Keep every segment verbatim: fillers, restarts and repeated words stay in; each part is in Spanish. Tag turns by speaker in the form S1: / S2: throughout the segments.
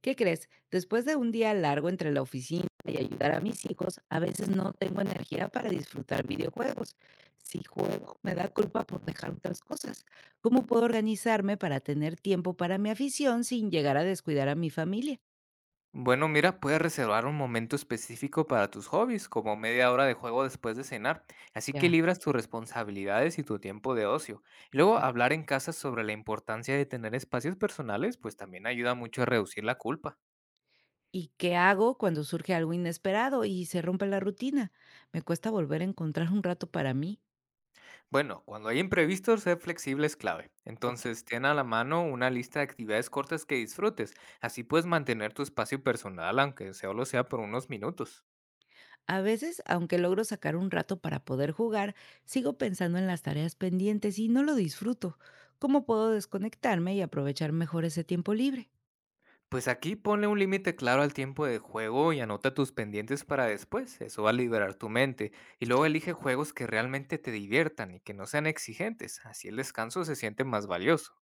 S1: ¿Qué crees? Después de un día largo entre la oficina y ayudar a mis hijos, a veces no tengo energía para disfrutar videojuegos. Si juego, me da culpa por dejar otras cosas. ¿Cómo puedo organizarme para tener tiempo para mi afición sin llegar a descuidar a mi familia?
S2: Bueno, mira, puedes reservar un momento específico para tus hobbies, como media hora de juego después de cenar, así que
S1: Ya.
S2: libras tus responsabilidades y tu tiempo de ocio. Y luego hablar en casa sobre la importancia de tener espacios personales, pues también ayuda mucho a reducir la culpa.
S1: ¿Y qué hago cuando surge algo inesperado y se rompe la rutina? Me cuesta volver a encontrar un rato para mí.
S2: Bueno, cuando hay imprevistos, ser flexible es clave.
S1: Ok.
S2: Entonces, ten a la mano una lista de actividades cortas que disfrutes, así puedes mantener tu espacio personal, aunque solo sea por unos minutos.
S1: A veces, aunque logro sacar un rato para poder jugar, sigo pensando en las tareas pendientes y no lo disfruto. ¿Cómo puedo desconectarme y aprovechar mejor ese tiempo libre?
S2: Pues aquí ponle un límite claro al tiempo de juego y anota tus pendientes para después. Eso va a liberar tu mente. Y
S1: Sí.
S2: luego elige juegos que realmente te diviertan y que no sean exigentes. Así el descanso se siente más valioso.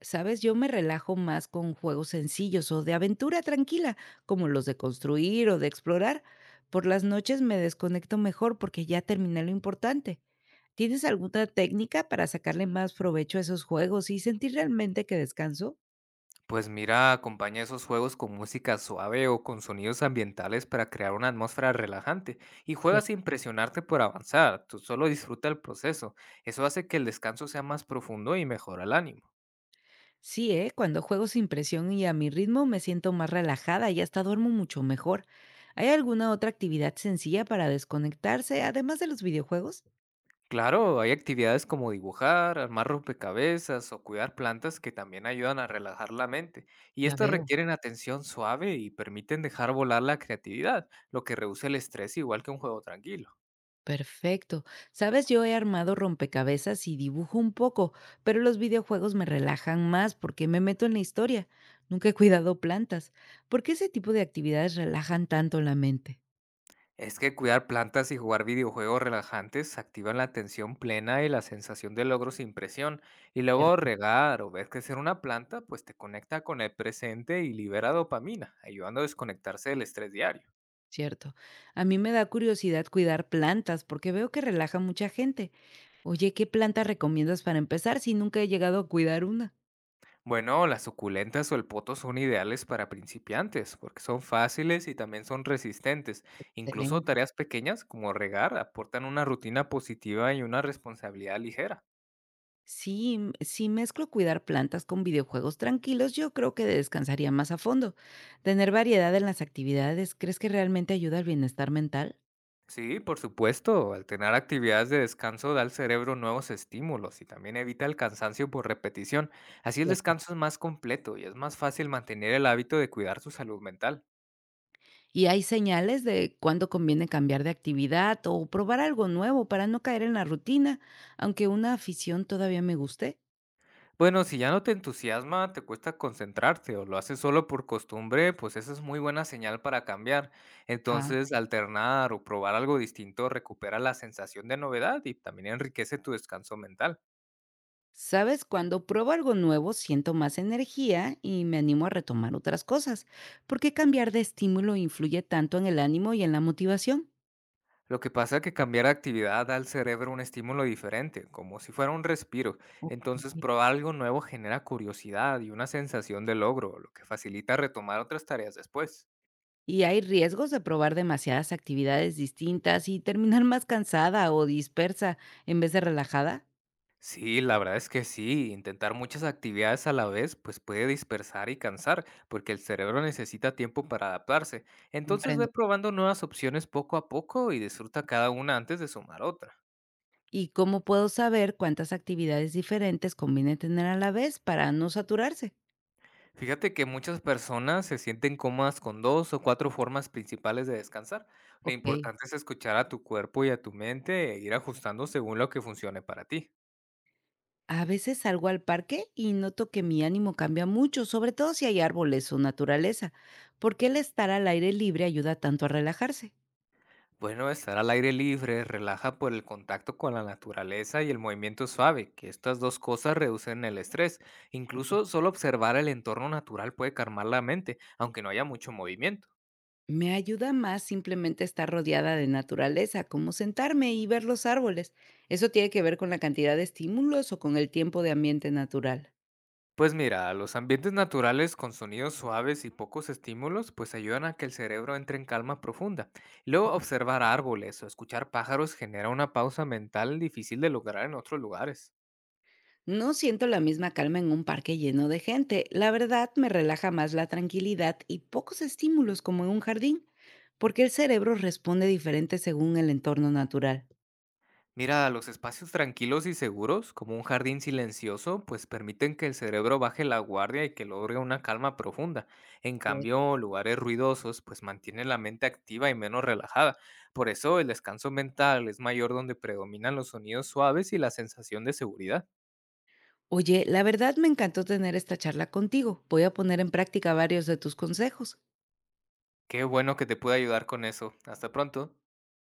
S1: Sabes, yo me relajo más con juegos sencillos o de aventura tranquila, como los de construir o de explorar. Por las noches me desconecto mejor porque ya terminé lo importante. ¿Tienes alguna técnica para sacarle más provecho a esos juegos y sentir realmente que descanso?
S2: Pues mira, acompaña esos juegos con música suave o con sonidos ambientales para crear una atmósfera relajante. Y juega sin presionarte por avanzar. Tú solo disfruta el proceso. Eso hace que el descanso sea más profundo y mejora el ánimo.
S1: Sí, ¿eh? Cuando juego sin presión y a mi ritmo me siento más relajada y hasta duermo mucho mejor. ¿Hay alguna otra actividad sencilla para desconectarse, además de los videojuegos?
S2: Claro, hay actividades como dibujar, armar rompecabezas o cuidar plantas que también ayudan a relajar la mente, y
S1: Ya
S2: estas
S1: veo.
S2: requieren atención suave y permiten dejar volar la creatividad, lo que reduce el estrés igual que un juego tranquilo.
S1: Perfecto. Sabes, yo he armado rompecabezas y dibujo un poco, pero los videojuegos me relajan más porque me meto en la historia. Nunca he cuidado plantas. ¿Por qué ese tipo de actividades relajan tanto la mente?
S2: Es que cuidar plantas y jugar videojuegos relajantes activan la atención plena y la sensación de logro sin presión, y luego
S1: Cierto.
S2: regar o ver crecer una planta pues te conecta con el presente y libera dopamina, ayudando a desconectarse del estrés diario.
S1: Cierto. A mí me da curiosidad cuidar plantas porque veo que relaja a mucha gente. Oye, ¿qué planta recomiendas para empezar si nunca he llegado a cuidar una?
S2: Bueno, las suculentas o el poto son ideales para principiantes porque son fáciles y también son resistentes. Incluso
S1: Excelente.
S2: tareas pequeñas como regar aportan una rutina positiva y una responsabilidad ligera.
S1: Sí, m- si mezclo cuidar plantas con videojuegos tranquilos, yo creo que descansaría más a fondo. Tener variedad en las actividades, ¿crees que realmente ayuda al bienestar mental?
S2: Sí, por supuesto, alternar actividades de descanso da al cerebro nuevos estímulos y también evita el cansancio por repetición. Así el
S1: Cierto.
S2: descanso es más completo y es más fácil mantener el hábito de cuidar su salud mental.
S1: ¿Y hay señales de cuándo conviene cambiar de actividad o probar algo nuevo para no caer en la rutina, aunque una afición todavía me guste?
S2: Bueno, si ya no te entusiasma, te cuesta concentrarte o lo haces solo por costumbre, pues esa es muy buena señal para cambiar. Entonces, alternar o probar algo distinto recupera la sensación de novedad y también enriquece tu descanso mental.
S1: Sabes, cuando pruebo algo nuevo siento más energía y me animo a retomar otras cosas. ¿Por qué cambiar de estímulo influye tanto en el ánimo y en la motivación?
S2: Lo que pasa es que cambiar de actividad da al cerebro un estímulo diferente, como si fuera un respiro.
S1: Ok.
S2: Entonces, probar algo nuevo genera curiosidad y una sensación de logro, lo que facilita retomar otras tareas después.
S1: ¿Y hay riesgos de probar demasiadas actividades distintas y terminar más cansada o dispersa en vez de relajada?
S2: Sí, la verdad es que sí, intentar muchas actividades a la vez pues puede dispersar y cansar, porque el cerebro necesita tiempo para adaptarse. Entonces
S1: Comprendo.
S2: ve probando nuevas opciones poco a poco y disfruta cada una antes de sumar otra.
S1: ¿Y cómo puedo saber cuántas actividades diferentes conviene tener a la vez para no saturarse?
S2: Fíjate que muchas personas se sienten cómodas con dos o cuatro formas principales de descansar. Lo
S1: Ok.
S2: importante es escuchar a tu cuerpo y a tu mente e ir ajustando según lo que funcione para ti.
S1: A veces salgo al parque y noto que mi ánimo cambia mucho, sobre todo si hay árboles o naturaleza, porque el estar al aire libre ayuda tanto a relajarse.
S2: Bueno, estar al aire libre relaja por el contacto con la naturaleza y el movimiento suave, que estas dos cosas reducen el estrés. Incluso solo observar el entorno natural puede calmar la mente, aunque no haya mucho movimiento.
S1: Me ayuda más simplemente estar rodeada de naturaleza, como sentarme y ver los árboles. ¿Eso tiene que ver con la cantidad de estímulos o con el tiempo de ambiente natural?
S2: Pues mira, los ambientes naturales con sonidos suaves y pocos estímulos, pues ayudan a que el cerebro entre en calma profunda. Luego, observar árboles o escuchar pájaros genera una pausa mental difícil de lograr en otros lugares.
S1: No siento la misma calma en un parque lleno de gente. La verdad me relaja más la tranquilidad y pocos estímulos como en un jardín, porque el cerebro responde diferente según el entorno natural.
S2: Mira, los espacios tranquilos y seguros, como un jardín silencioso, pues permiten que el cerebro baje la guardia y que logre una calma profunda. En cambio, lugares ruidosos, pues mantienen la mente activa y menos relajada. Por eso, el descanso mental es mayor donde predominan los sonidos suaves y la sensación de seguridad.
S1: Oye, la verdad me encantó tener esta charla contigo. Voy a poner en práctica varios de tus consejos.
S2: Qué bueno que te pude ayudar con eso. Hasta pronto.